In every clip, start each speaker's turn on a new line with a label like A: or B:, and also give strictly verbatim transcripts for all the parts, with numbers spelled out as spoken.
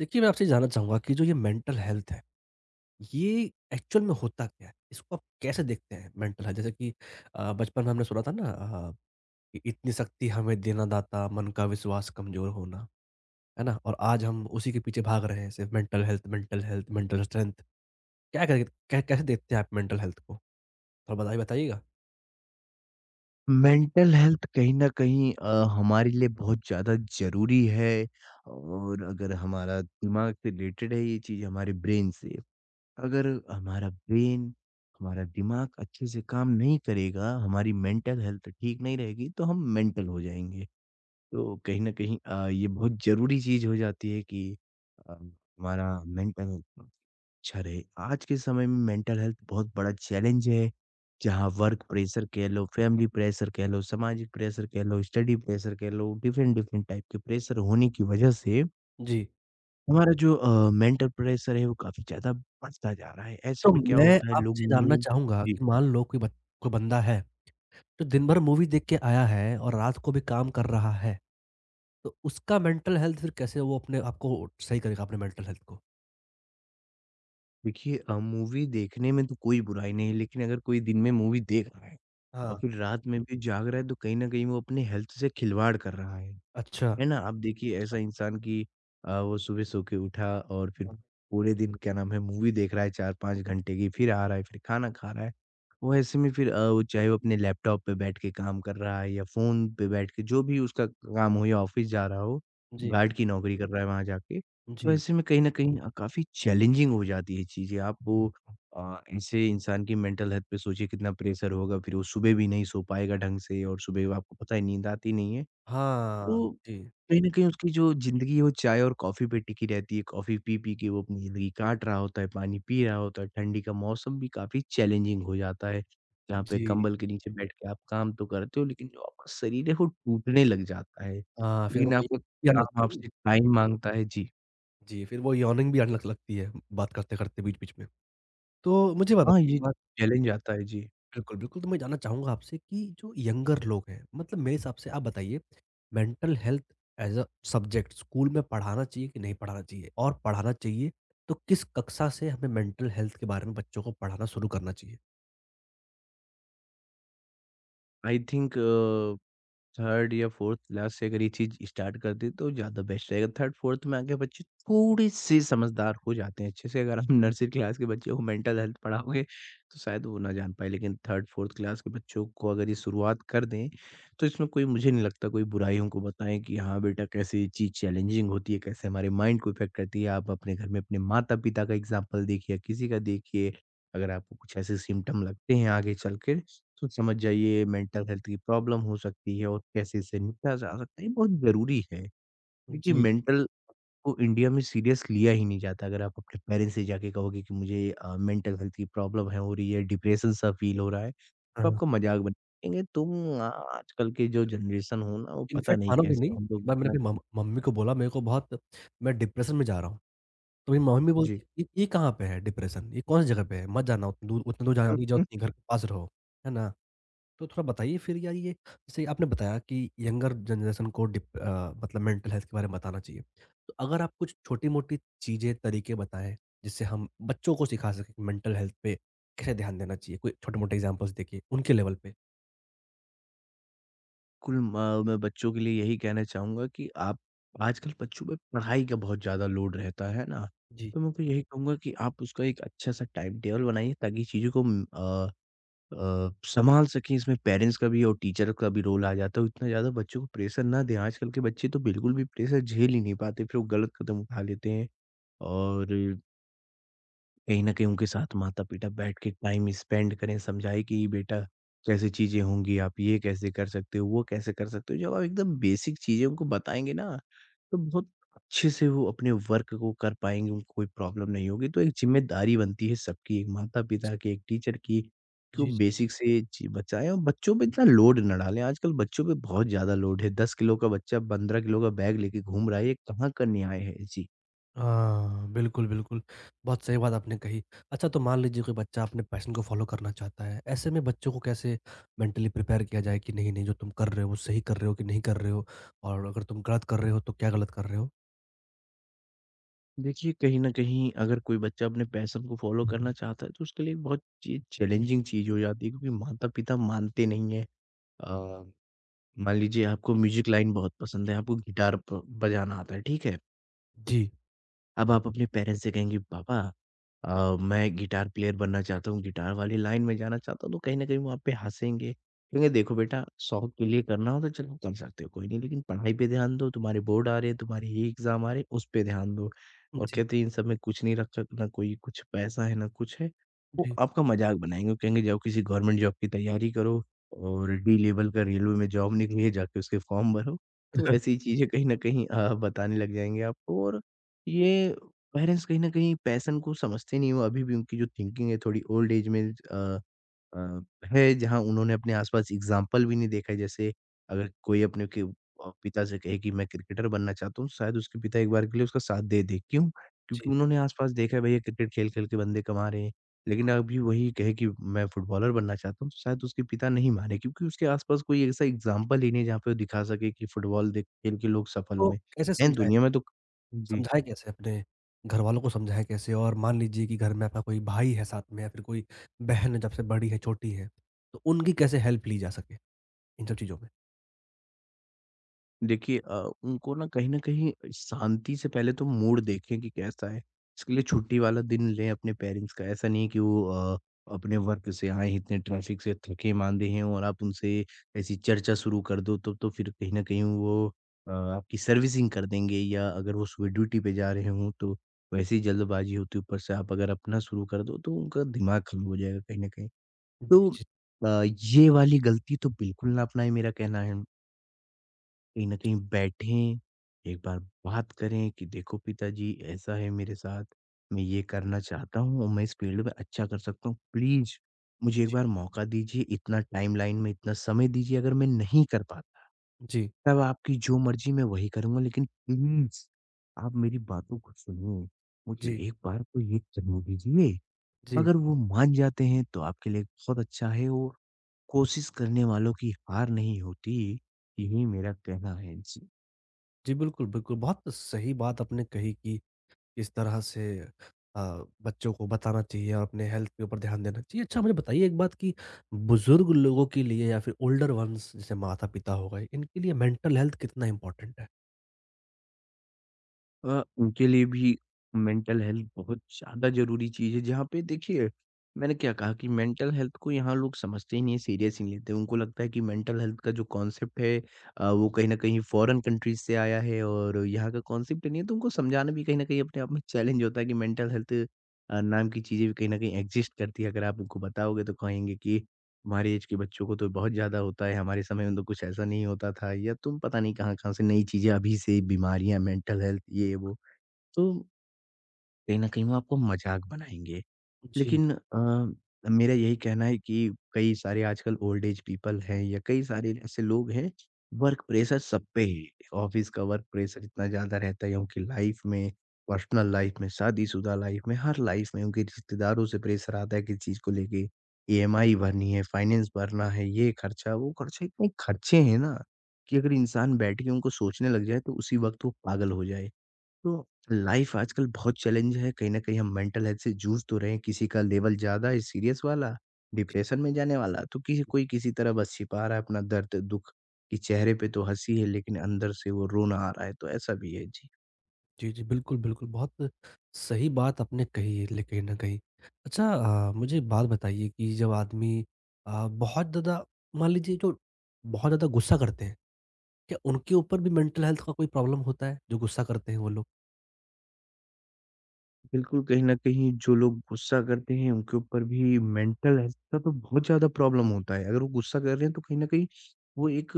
A: देखिए, मैं आपसे जानना चाहूँगा कि जो ये मेंटल हेल्थ है, ये एक्चुअल में होता क्या है? इसको आप कैसे देखते हैं मेंटल हेल्थ? जैसे कि अ, बचपन में हमने सुना था ना अ, कि इतनी शक्ति हमें देना दाता, मन का विश्वास कमज़ोर होना। है ना? और आज हम उसी के पीछे भाग रहे हैं सिर्फ़ mental health, mental health, mental strength. क्या करें कै कैसे देखते हैं आप मेंटल हेल्थ को? थोड़ा बताइए बताइएगा।
B: मेंटल हेल्थ कहीं न कहीं अ, हमारे लिए बहुत ज़्यादा ज़रूरी है और अगर हमारा दिमाग से रिलेटेड है ये चीज़ हमारे ब्रेन से। अगर हमारा ब्रेन, हमारा दिमाग अच्छे से काम नहीं करेगा, हमारी मेंटल हेल्थ ठीक नहीं रहेगी, तो हम मेंटल हो जाएँगे। तो कहीं न कहीं अ, ये बहुत ज़रूरी चीज़ हो जाती है कि अ, हमारा मेंटल हेल्थ अच्छा रहे। आज के समय में मेंटल हेल्थ बहुत बड़ा चैलेंज है, जहाँ वर्क प्रेशर कह लो, फैमिली प्रेशर कह लो, सामाजिक प्रेशर कह लो, स्टडी प्रेशर कह लो, डिफरेंट-डिफरेंट टाइप के प्रेशर होने की वजह से
A: जी।
B: हमारा जो अ, मेंटल प्रेशर है वो काफ़ी ज़्यादा बढ़ता जा रहा है। ऐसे
A: तो
B: में क्या
A: मैं
B: होता है लोग
A: आपसे
B: न्यू।
A: जानना चाहूँगा
B: जी।
A: कि मान लो कोई बच कोई बंदा है, जो दिन भर मूवी देख के आया है और रात को भी काम कर रहा है। तो उसका मेंटल हेल्थ फिर कैसे वो अपने आपको सही करेगा अपने मेंटल हेल्थ को?
B: देखिए, अ, मूवी देखने में तो कोई बुराई नहीं है, लेकिन अगर कोई दिन में मूवी देख रहा है और
A: हाँ।
B: फिर रात में भी जाग रहा है तो कहीं न कहीं वो अपने हेल्थ से खिलवाड़ कर रहा है।
A: अच्छा।
B: है ना? आप देखिए
A: अच्छा,
B: ऐसा इंसान कि अ, वो सुबह सो के उठा और फिर
A: हाँ।
B: पूरे दिन क्या नाम है मूवी देख रहा है चार पाँच घंटे की, फिर आ रहा है, फिर खाना खा रहा है। वो ऐसे में फिर अ, वो चाहे वो अपने लैपटॉप पे बैठ के काम कर रहा है या फ़ोन पे बैठ के जो भी उसका काम हो या ऑफ़िस जा रहा हो,
A: जी,
B: गार्ड की नौकरी कर रहा है वहाँ जाके। तो
A: जी।
B: ऐसे में कहीं न कहीं अ, काफ़ी चैलेंजिंग हो जाती है चीज़ें। आप वो अ, ऐसे इंसान की मेंटल हेल्थ पे सोचिए कितना प्रेशर होगा, फिर वो सुबह भी नहीं सो पाएगा ढंग से और सुबह आपको पता है नींद आती नहीं है।
A: हाँ,
B: वो
A: जी।
B: कहीं न कहीं उसकी जो ज़िंदगी है वो चाय और कॉफ़ी पे टिकी रहती है। कॉफ़ी पी-पी के वो अपनी ज़िंदगी काट रहा होता है, पानी पी रहा होता है, ठंडी का मौसम भी काफ़ी चैलेंजिंग हो जाता है। जहाँ पे
A: जी।
B: कंबल के नीचे बैठ के आप काम तो करते हो लेकिन जो आपका शरीर है वो टूटने लग जाता है।
A: हाँ, फिर वो
B: लेकिन
A: भी
B: आपका
A: आने
B: काम
A: लगती है ना।
B: आपसे टाइम माँगता है। जी।
A: जी, फिर वो यॉर्निंग भी आने लग लगती है बात करते-करते बीच-बीच में। तो मुझे
B: हाँ,
A: बताइए
B: ये
A: एक बात।
B: चैलेंज आता है। जी।
A: बिल्कुल, बिल्कुल, तो मैं जानना चाहूँगा आपसे कि जो यंगर लोग हैं मतलब मेरे हिसाब से आप बताइए mental health as a subject school में पढ़ाना चाहिए कि नहीं पढ़ाना चाहिए? और पढ़ाना चाहिए तो किस कक्षा से हमें मेंटल हेल्थ के बारे में बच्चों को पढ़ाना शुरू करना चाहिए?
B: आई थिंक अ थर्ड या फ़ोर्थ क्लास से अगर ये चीज़ स्टार्ट कर दें तो ज़्यादा बेस्ट रहेगा। थर्ड-फ़ोर्थ में आके बच्चे थोड़े-से समझदार हो जाते हैं अच्छे से, अगर आप नर्सरी क्लास के बच्चों को मेंटल हेल्थ पढ़ाओगे तो शायद वो ना जान पाएँ। लेकिन थर्ड-फ़ोर्थ क्लास के बच्चों को अगर ये शुरुआत कर दें, तो इसमें कोई मुझे नहीं लगता कोई बुराई उनको बताएँ कि हाँ बेटा कैसे ये चीज़ चैलेंजिंग होती है, कैसे हमारे माइंड को इफ़ेक्ट करती है। आप अपने घर में अपने माता-पिता का एग्ज़ाम्पल देखिए या किसी का देखिए, अगर आपको कुछ ऐसे सिम्पटम लगते हैं आगे चल के सोच समझ जाइए मेंटल हेल्थ की प्रॉब्लम हो सकती है और कैसे इससे निपटा जा सकता है ये बहुत ज़रूरी है। देखिए
A: जी,
B: मेंटल को इंडिया में सीरियस लिया ही नहीं जाता अगर आप अपने पेरेंट्स से जाके कहोगे कि मुझे अ, मेंटल हेल्थ की प्रॉब्लम है हो रही है, डिप्रेशन सा फील हो रहा है, तो
A: हाँ।
B: आपका मज़ाक बनाएँगे। तुम आ आजकल के जो जनरेशन हो ना वो पता
A: इनफैक्ट
B: नहीं
A: मानोगे नहीं,
B: कैसे हम लोग
A: एक बार मैंने
B: इतना।
A: अपनी मम मम्मी को बोला मेरे को बहुत मैं डिप्रेशन में जा रहा हूँ। तो मेरी मम्मी
B: जी।
A: बोलती है, "ये ये कहाँ पे है डिप्रेशन? ये कौन-सी जगह पे है? मत जाना उतनी दूर, उतनी दूर जाने की ज़रूरत नहीं, जाओ अपने घर के पास रहो।" है ना? तो थोड़ा बताइए फिर यार, ये जैसे आपने बताया कि यंगर जनरेशन को डिप अ, मतलब मेंटल हेल्थ के बारे में बताना चाहिए। तो अगर आप कुछ छोटी-मोटी चीज़ें, तरीके बताएँ, जिससे हम बच्चों को सिखा सकें कि मेंटल हेल्थ पे कैसे ध्यान देना चाहिए? कोई छोटे-मोटे एग्ज़ाम्पल्स देके उनके लेवल पे?
B: कुल म मैं बच्चों के लिए यही कहना चाहूँगा कि आप आजकल बच्चों पे पढ़ाई का बहुत ज़्यादा लोड रहता है ना,
A: जी।
B: तो मैं उनको यही कहूँगा कि आप उसका एक अच्छा-सा टाइम टेबल बनाइए ताकि चीज़ों को उम, अ अ, सँभाल सकें। इसमें पेरेंट्स का भी और टीचर का भी रोल आ जाता है। इतना ज़्यादा बच्चों को प्रेशर ना दें। आजकल के बच्चे तो बिल्कुल भी प्रेशर झेल ही नहीं पाते, फिर वो गलत कदम उठा लेते हैं और कहीं न कहीं उनके साथ माता-पिता बैठ के टाइम स्पेंड करें, समझाएँ कि बेटा कैसी चीज़ें होंगी, आप ये कैसे कर सकते हो, वो कैसे कर सकते हो। जब आप एकदम बेसिक चीज़ें उनको बताएँगे ना, तो बहुत अच्छे से वो अपने वर्क को कर पाएँगे, उनको कोई प्रॉब्लम नहीं होगी। तो एक ज़िम्मेदारी बनती है सबकी, एक माता-पिता की, एक टीचर की, कि वो
A: जी, जी।
B: बेसिक से ची बचाएँ और बच्चों पे इतना लोड ना डालें। आजकल बच्चों पे बहुत ज़्यादा लोड है, दस किलो का बच्चा पंद्रह किलो का बैग लेके घूम रहा है, ये कहाँ का न्याय है? जी।
A: हाँ, बिल्कुल, बिल्कुल। बहुत सही बात आपने कही। अच्छा, तो मान लीजिए कोई बच्चा अपने पैशन को फ़ॉलो करना चाहता है, ऐसे में बच्चों को कैसे मेंटली प्रिपेयर किया जाए कि नहीं, नहीं जो तुम कर रहे हो वो सही कर रहे हो कि नहीं कर रहे हो? और अगर तुम गलत कर रहे हो तो क्या गलत कर रहे हो?
B: देखिए, कहीं न कहीं अगर कोई बच्चा अपने पैशन को फ़ॉलो करना चाहता है, तो उसके लिए बहुत चीज़ चैलेंजिंग चीज़ हो जाती है क्योंकि माता-पिता मानते नहीं हैं। अ, मान लीजिए आपको म्यूज़िक लाइन बहुत पसंद है, आपको गिटार प बजाना आता है, ठीक है?
A: जी।
B: अब आप अपने पेरेंट्स से कहेंगे पापा अ, मैं गिटार प्लेयर बनना चाहता हूँ, गिटार वाली लाइन में जाना चाहता हूँ, तो कहीं न कहीं वो आप पे हँसेंगे। कहेंगे देखो बेटा शौक के लिए करना हो तो चलो कर सकते हो कोई नहीं, लेकिन पढ़ाई पे ध्यान दो, तुम्हारे बोर्ड आ रहे हैं, तुम्हारे ये एग्ज़ाम आ रहे हैं, उस पे ध्यान दो। और
A: जी,
B: कहते हैं इन सब में कुछ नहीं रखा ना कोई कुछ पैसा है, ना कुछ है। वो
A: जी,
B: आपका मज़ाक बनाएँगे, वो कहेंगे जाओ किसी गवर्नमेंट जॉब की तैयारी करो और डी लेवल का रेलवे में जॉब निकली है, जाके उसके फॉर्म भरो। तो ऐसी चीज़ें कहीं न कहीं अ, बताने लग जाएँगे आपको और ये पेरेंट्स कहीं न कहीं पैशन को समझते नहीं हो, अभी भी उनकी जो थिंकिंग है थोड़ी ओल्ड एज में अ अ, है जहाँ उन्होंने अपने आस-पास एग्ज़ाम्पल भी नहीं देखा है। जैसे अगर कोई अपने के अ, पिता से कहे कि मैं क्रिकेटर बनना चाहता हूँ, तो शायद उसके पिता एक बार के लिए उसका साथ दे दें। क्यों? क्योंकि
A: जी।
B: उन्होंने आस-पास देखा है भैया क्रिकेट खेल-खेल के बंदे कमा रहे हैं। लेकिन अभी वही कहे कि मैं फुटबॉलर बनना चाहता हूँ, तो शायद उसके पिता नहीं माने क्योंकि उसके आस-पास कोई ऐसा एग्ज़ाम्पल ही नहीं है जहाँ पे वो दिखा सके कि फुटबॉल देख खेल के लोग सफल
A: तो
B: हुए
A: कैसे
B: हैं
A: समझाएँ?
B: दुनिया में तो। जी।
A: समझाएँ कैसे, अपने घरवालों को समझाएँ कैसे? और मान लीजिए कि घर में आपका कोई भाई है साथ में या फिर कोई बहन है, जब से बड़ी है, छोटी है, तो उनकी कैसे हेल्प ली जा सके इन सब चीज़ों में?
B: देखिए अ, उनको ना कहीं न कहीं शांति से पहले तो मूड देखें कि कैसा है। इसके लिए छुट्टी वाला दिन लें अपने पेरेंट्स का। ऐसा नहीं है कि वो अ, अपने वर्क से आए हैं, इतने ट्रैफ़िक से थके-माँदे हैं और आप उनसे ऐसी चर्चा शुरू कर दो तो तो फिर कहीं न कहीं वो अ, आपकी सर्विसिंग कर देंगे या अगर वो सुबह ड्यूटी पे जा रहे हों तो वैसे ही जल्दबाज़ी होती है। ऊपर से आप अगर अपना शुरू कर दो तो उनका दिमाग ख़राब हो जाएगा कहीं न कहीं।
A: जी,
B: तो
A: जी,
B: अ, ये वाली गलती तो बिल्कुल ना अपनाएँ मेरा कहना है। कहीं न
A: जी,
B: कहीं बैठें, एक बार बात करें कि देखो पिताजी ऐसा है मेरे साथ, मैं ये करना चाहता हूँ और मैं इस फील्ड में अच्छा कर सकता हूँ। प्लीज़ मुझे एक
A: जी।
B: बार मौका दीजिए, इतना टाइमलाइन में इतना समय दीजिए अगर मैं नहीं कर पाता,
A: जी,
B: तब आपकी जो मर्ज़ी मैं वही करूँगा लेकिन प्लीज़ आप मेरी बातों को सुनिए, मुझे
A: जी,
B: एक बार तो ये करने दीजिए।
A: जी।
B: अगर वो मान जाते हैं तो आपके लिए बहुत अच्छा है और कोशिश करने वालों की हार नहीं होती, यही मेरा कहना है। जी।
A: जी, बिल्कुल, बिल्कुल। बहुत सही बात आपने कही कि किस तरह से अ, बच्चों को बताना चाहिए और अपने हेल्थ के ऊपर ध्यान देना चाहिए। अच्छा, मुझे बताइए एक बात कि बुज़ुर्ग लोगों के लिए या फिर ओल्डर वन्स जैसे माता-पिता हो गए, इनके लिए मेंटल हेल्थ कितना इम्पोर्टेंट है?
B: अ, उनके लिए भी मेंटल हेल्थ बहुत ज़्यादा ज़रूरी चीज़ है, जहाँ पे देखिए, मैंने क्या कहा कि मेंटल हेल्थ को यहाँ लोग समझते ही नहीं हैं, सीरियस ही नहीं लेते। उनको लगता है कि मेंटल हेल्थ का जो कॉन्सेप्ट है अ, वो कहीं न कहीं फ़ॉरेन कंट्रीज़ से आया है और यहाँ का कॉन्सेप्ट ही नहीं है, तो उनको समझाना भी कहीं न कहीं अपने आप में चैलेंज होता है कि मेंटल हेल्थ अ, नाम की चीज़ें भी कहीं न कहीं एक्ज़िस्ट करती है। अगर आप उनको बताओगे तो कहेंगे कि हमारे ऐज के बच्चों को तो बहुत ज़्यादा होता है, हमारे समय में तो कुछ ऐसा नहीं होता था या तुम पता नहीं कहाँ-कहाँ से नई चीज़ें अभी से बीमारियाँ, मेंटल हेल्थ ये वो। तो कहीं न कहीं वो आपको मज़ाक बनाएँगे।
A: जी,
B: लेकिन अ, मेरा यही कहना है कि कई सारे आजकल ओल्ड एज पीपल हैं या कई सारे ऐसे लोग हैं, वर्क प्रेशर सब पे ही, ऑफ़िस का वर्क प्रेशर इतना ज़्यादा रहता है या उनकी लाइफ़ में, पर्सनल लाइफ़ में, शादीशुदा लाइफ़ में, हर लाइफ़ में उनके रिश्तेदारों से प्रेशर आता है किसी चीज़ को लेके। ईएमआई भरनी है, फाइनेंस भरना है, ये खर्चा, वो खर्चा, इतने खर्चे हैं ना, कि अगर इंसान बैठ के उनको सोचने लग जाए तो उसी वक़्त वो पागल हो जाए। तो लाइफ आजकल बहुत चैलेंज है। कहीं न कहीं हम मेंटल हेल्थ से जूझ तो रहे हैं, किसी का लेवल ज़्यादा है सीरियस वाला,
A: जी।
B: डिप्रेशन में जाने वाला, तो किसी कोई किसी तरह बस छिपा रहा है अपना दर्द, दुःख, कि चेहरे पे तो हँसी है लेकिन अंदर से वो रोना आ रहा है, तो ऐसा भी है। जी।
A: जी, जी, बिल्कुल, बिल्कुल। बहुत सही बात आपने कही है ले कहीं न कहीं। अच्छा, अ, मुझे एक बात बताइए कि जब आदमी अ, बहुत ज़्यादा मान लीजिए जो बहुत ज़्यादा गुस्सा करते हैं, क्या उनके ऊपर भी मेंटल हेल्थ का कोई प्रॉब्लम होता है, जो गुस्सा करते हैं वो लोग?
B: बिल्कुल, कहीं न कहीं जो लोग गुस्सा करते हैं उनके ऊपर भी मेंटल हेल्थ का तो बहुत ज़्यादा प्रॉब्लम होता है। अगर वो गुस्सा कर रहे हैं तो कहीं न कहीं वो एक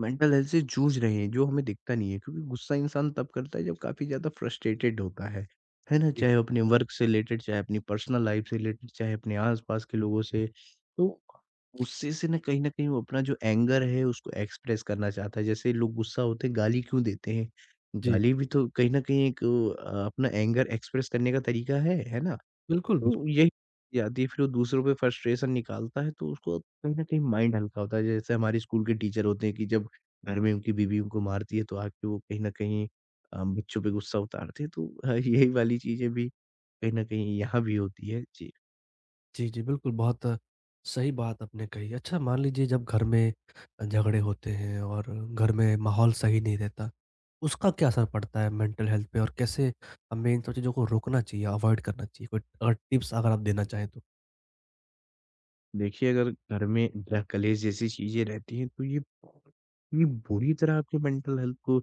B: मेंटल हेल्थ से जूझ रहे हैं जो हमें दिखता नहीं है। क्योंकि गुस्सा इंसान तब करता है जब काफ़ी ज़्यादा फ्रस्ट्रेटेड होता है। है ना?
A: जी,
B: चाहे वो अपने वर्क से रिलेटेड, चाहे अपनी पर्सनल लाइफ़ से रिलेटेड, चाहे अपने आस-पास के लोगों से। तो गुस्से से ना कहीं न कहीं वो अपना जो एंगर है उसको एक्सप्रेस करना चाहता है। जैसे लोग गुस्सा होते हैं गाली क्यों देते हैं?
A: जी।
B: गाली भी तो कहीं न कहीं एक अ, अपना एंगर एक्सप्रेस करने का तरीका है, है ना?
A: बिल्कुल, बिल्कुल।
B: तो यही चीज़ आती है फिर वो दूसरों पे फ्रस्ट्रेशन निकालता है तो उसको कहीं न कहीं माइंड हल्का होता है। जैसे हमारे स्कूल के टीचर होते हैं कि जब घर में उनकी बीवी उनको मारती है तो आके वो कहीं न कहीं अ, बच्चों पे गुस्सा उतारते हैं। तो अ, यही वाली चीज़ें भी कहीं न कहीं यहाँ भी होती है। जी।
A: जी, जी, बिल्कुल, बहुत सही बात आपने कही। अच्छा, मान लीजिए जब घर में अ, झगड़े होते हैं और घर में माहौल सही नहीं रहता, उसका क्या असर पड़ता है मेंटल हेल्थ पे और कैसे हमें इन सब चीज़ों को रोकना चाहिए, अवॉइड करना चाहिए? कोई अ, टिप्स अगर आप देना चाहें तो?
B: देखिए, अगर घर में ड्रग कलेश जैसी चीज़ें रहती हैं, तो ये बहुत ही बुरी तरह आपके मेंटल हेल्थ को अ,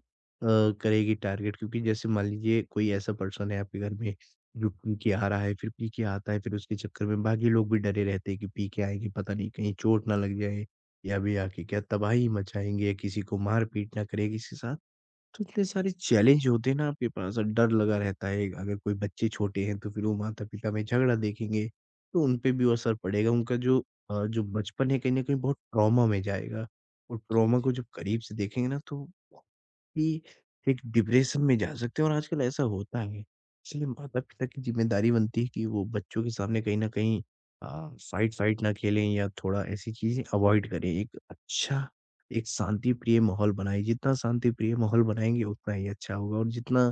B: करेगी टारगेट क्योंकि जैसे मान लीजिए कोई ऐसा पर्सन है आपके घर में जो पी के आ रहा है, फिर पी के आता है, फिर उसके चक्कर में बाकी लोग भी डरे रहते हैं कि पी के आएँगे, पता नहीं कहीं चोट ना लग जाए या भी आके क्या तबाही मचाएँगे या किसी को मार-पीट ना करें किसी के साथ। तो इतने सारे चैलेंज होते हैं ना आपके पास और डर लगा रहता है। अगर कोई बच्चे छोटे हैं तो फिर वो माता-पिता में झगड़ा देखेंगे, तो उन पे भी वो असर पड़ेगा। उनका जो अ, जो बचपन है कहीं न कहीं बहुत ट्रॉमा में जाएगा और ट्रॉमा को जब करीब से देखेंगे ना तो कि एक डिप्रेशन में जा सकते हैं और आजकल ऐसा होता है। इसलिए माता-पिता की ज़िम्मेदारी बनती है कि वो बच्चों के सामने कहीं न कहीं अ, फाइट-फाइट ना खेलें या थोड़ा ऐसी चीज़ें अवॉइड करें। एक अच्छा, एक शांति-प्रिय माहौल बनाएँ। जितना शांति-प्रिय माहौल बनाएँगे उतना ही अच्छा होगा और जितना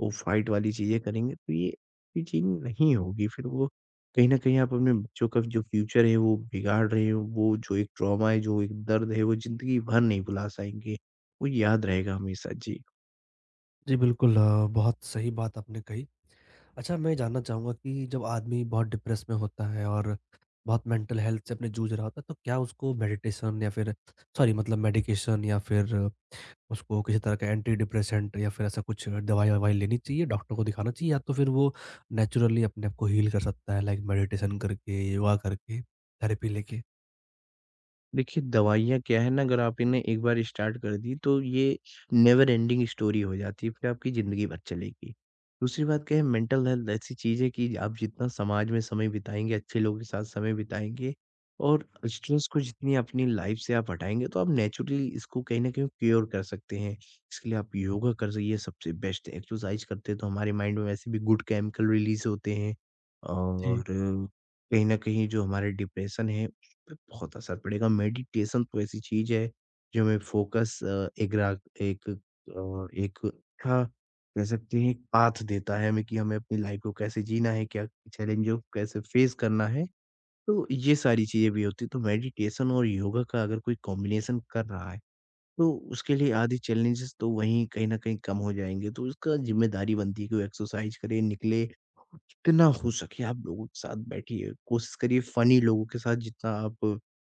B: वो फाइट वाली चीज़ें करेंगे तो ये ये चीज़ नहीं होगी। फिर वो कहीं न कहीं आप अपने बच्चों का जो फ्यूचर है वो बिगाड़ रहे हो। वो जो एक ट्रॉमा है, जो एक दर्द है वो ज़िंदगी भर नहीं भुला पाएँगे। वो याद रहेगा हमेशा। जी।
A: जी, बिल्कुल, अ, बहुत सही बात आपने कही। अच्छा, मैं जानना चाहूँगा कि जब आदमी बहुत डिप्रेस में होता है और बहुत मेंटल हेल्थ से अपने जूझ रहा होता है तो क्या उसको मेडिटेशन या फिर सॉरी, मतलब मेडिकेशन या फिर उसको किसी तरह का एंटी डिप्रेसेंट या फिर ऐसा कुछ दवाई ववाई लेनी चाहिए, डॉक्टर को दिखाना चाहिए या तो फिर वो नेचुरली अपने आप को हील कर सकता है लाइक मेडिटेशन करके, योगा करके, थेरेपी लेके।
B: देखिए, दवाइयाँ क्या है ना, अगर आप इन्हें एक बार स्टार्ट कर दी, तो ये नेवर एंडिंग स्टोरी हो जाती है, फिर आपकी ज़िंदगी भर चलेगी। दूसरी बात क्या है, मेंटल हेल्थ ऐसी चीज़ है कि आप जितना समाज में समय बिताएँगे, अच्छे लोगों के साथ समय बिताएँगे और स्ट्रेस को जितनी अपनी लाइफ़ से आप हटाएँगे, तो आप नेचुरली इसको कहीं न कहीं क्योर कर सकते हैं। इसके लिए आप योगा कर स ये सबसे बेस्ट है। एक्सरसाइज करते हैं, तो हमारे माइंड में वैसे भी गुड केमिकल रिलीज़ होते हैं और
A: जी,
B: कहीं न कहीं जो हमारे डिप्रेशन है, पे बहुत असर पड़ेगा। मेडिटेशन तो ऐसी चीज़ है, जो हमें फोकस अ, एग्रा एक अ, एक अच्छा कह सकते हैं पाथ देता है हमें कि हमें अपनी लाइफ़ को कैसे जीना है, क्या चैलेंजों को कैसे फेस करना है। तो ये सारी चीज़ें भी होती हैं, तो मेडिटेशन और योगा का अगर कोई कॉम्बिनेशन कर रहा है तो उसके लिए आधी चैलेंजेस तो वहीं कहीं न कहीं कम हो जाएँगे, तो उसका ज़िम्मेदारी बनती है कि वो एक्सरसाइज़ करे, निकले, जितना हो सके आप लोगों के साथ बैठिए, कोशिश करिए फ़नी लोगों के साथ जितना आप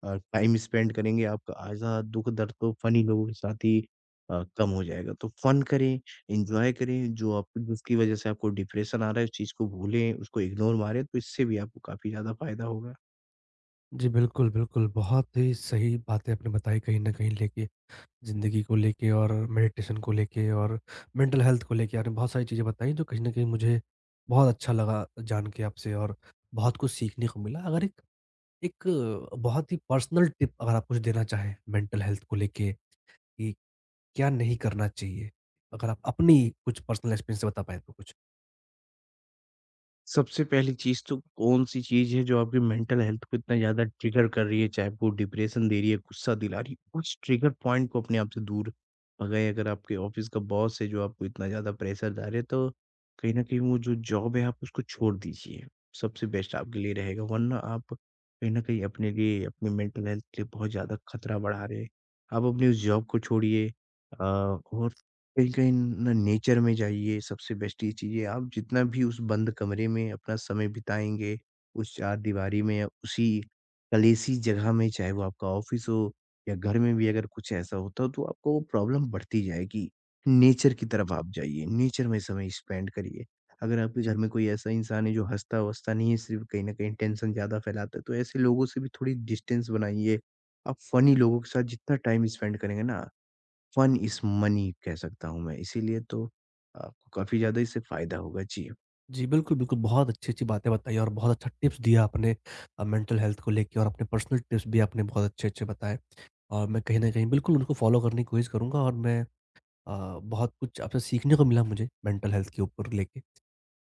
B: अ, टाइम स्पेंड करेंगे, आपका आधा दुःख दर्द तो फ़नी लोगों के साथ ही अ, कम हो जाएगा। तो फ़न करें, एन्जॉय करें, जो आप जिसकी वज़ह से आपको डिप्रेशन आ रहा है, उस चीज़ को भूलें, उसको इग्नोर मारें, तो इससे भी आपको काफ़ी ज़्यादा फ़ायदा होगा।
A: जी, बिल्कुल, बिल्कुल, बहुत ही सही बातें आपने बताई कहीं ना कहीं, लेके ज़िंदगी को लेके और मेडिटेशन को लेके और मेंटल हेल्थ को लेके आपने बहुत सारी चीज़ें बताई जो कहीं न कहीं मुझे बहुत अच्छा लगा जान के आपसे और बहुत कुछ सीखने को मिला। अगर एक एक बहुत ही पर्सनल टिप अगर आप कुछ देना चाहें मेंटल हेल्थ को लेके कि क्या नहीं करना चाहिए? अगर आप अपनी कुछ पर्सनल एक्सपीरियंस से बता पाएँ तो कुछ।
B: सबसे पहली चीज़ तो कौन-सी चीज़ है जो आपकी मेंटल हेल्थ को इतना ज़्यादा ट्रिगर कर रही है, चाहे वो डिप्रेशन दे रही है, गुस्सा दिला रही है, उस ट्रिगर पॉइंट को अपने आप से दूर भगाएँ। अगर आपके ऑफ़िस का बॉस है जो आपको इतना ज़्यादा प्रेशर डाल रहे है, तो कहीं न कहीं वो जो जॉब है, आप उसको छोड़ दीजिए। सबसे बेस्ट आपके लिए रहेगा, वरना आप कहीं न कहीं अपने लिए, अपनी मेंटल हेल्थ के लिए बहुत ज़्यादा खतरा बढ़ा रहे हैं। आप अपनी उस जॉब को छोड़िए अ, और कहीं कहीं ना नेचर में जाइए, सबसे बेस्ट ये चीज़ है। आप जितना भी उस बंद कमरे में अपना समय बिताएँगे, उस चारदीवारी में या उसी कलेसी जगह में, चाहे वो आपका ऑफ़िस हो या घर में भी अगर कुछ ऐसा होता हो, तो आपको वो प्रॉब्लम बढ़ती जाएगी। नेचर की तरफ आप जाइए, नेचर में समय स्पेंड करिए। अगर आपके घर में कोई ऐसा इंसान है जो हँसता-वसता नहीं है, सिर्फ़ कहीं न कहीं टेंशन ज़्यादा फैलाता है, तो ऐसे लोगों से भी थोड़ी डिस्टेंस बनाइए। आप फ़नी लोगों के साथ जितना टाइम स्पेंड करेंगे ना फन इज़ मनी कह सकता हूँ मैं, इसीलिए तो आपको काफ़ी ज़्यादा इससे फ़ायदा होगा। जी।
A: जी, बिल्कुल, बिल्कुल, बहुत अच्छी-अच्छी बातें बताई और बहुत अच्छा टिप्स दिया आपने अ, मेंटल हेल्थ को लेके और अपने पर्सनल टिप्स भी आपने बहुत अच्छे-अच्छे बताए और मैं कहीं न कहीं बिल्कुल उनको फ़ॉलो करने की कोशिश करूँगा और मैं अ, बहुत कुछ आपसे सीखने को मिला मुझे मेंटल हेल्थ के ऊपर लेके।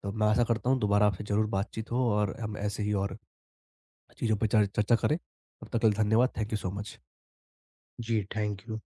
A: तो मैं आशा करता हूँ दोबारा आपसे ज़रूर बातचीत हो और हम ऐसे ही और चीज़ों पे चर चर्चा करें। तब तक के लिए धन्यवाद। Thank you so much.
B: जी, थैंक यू।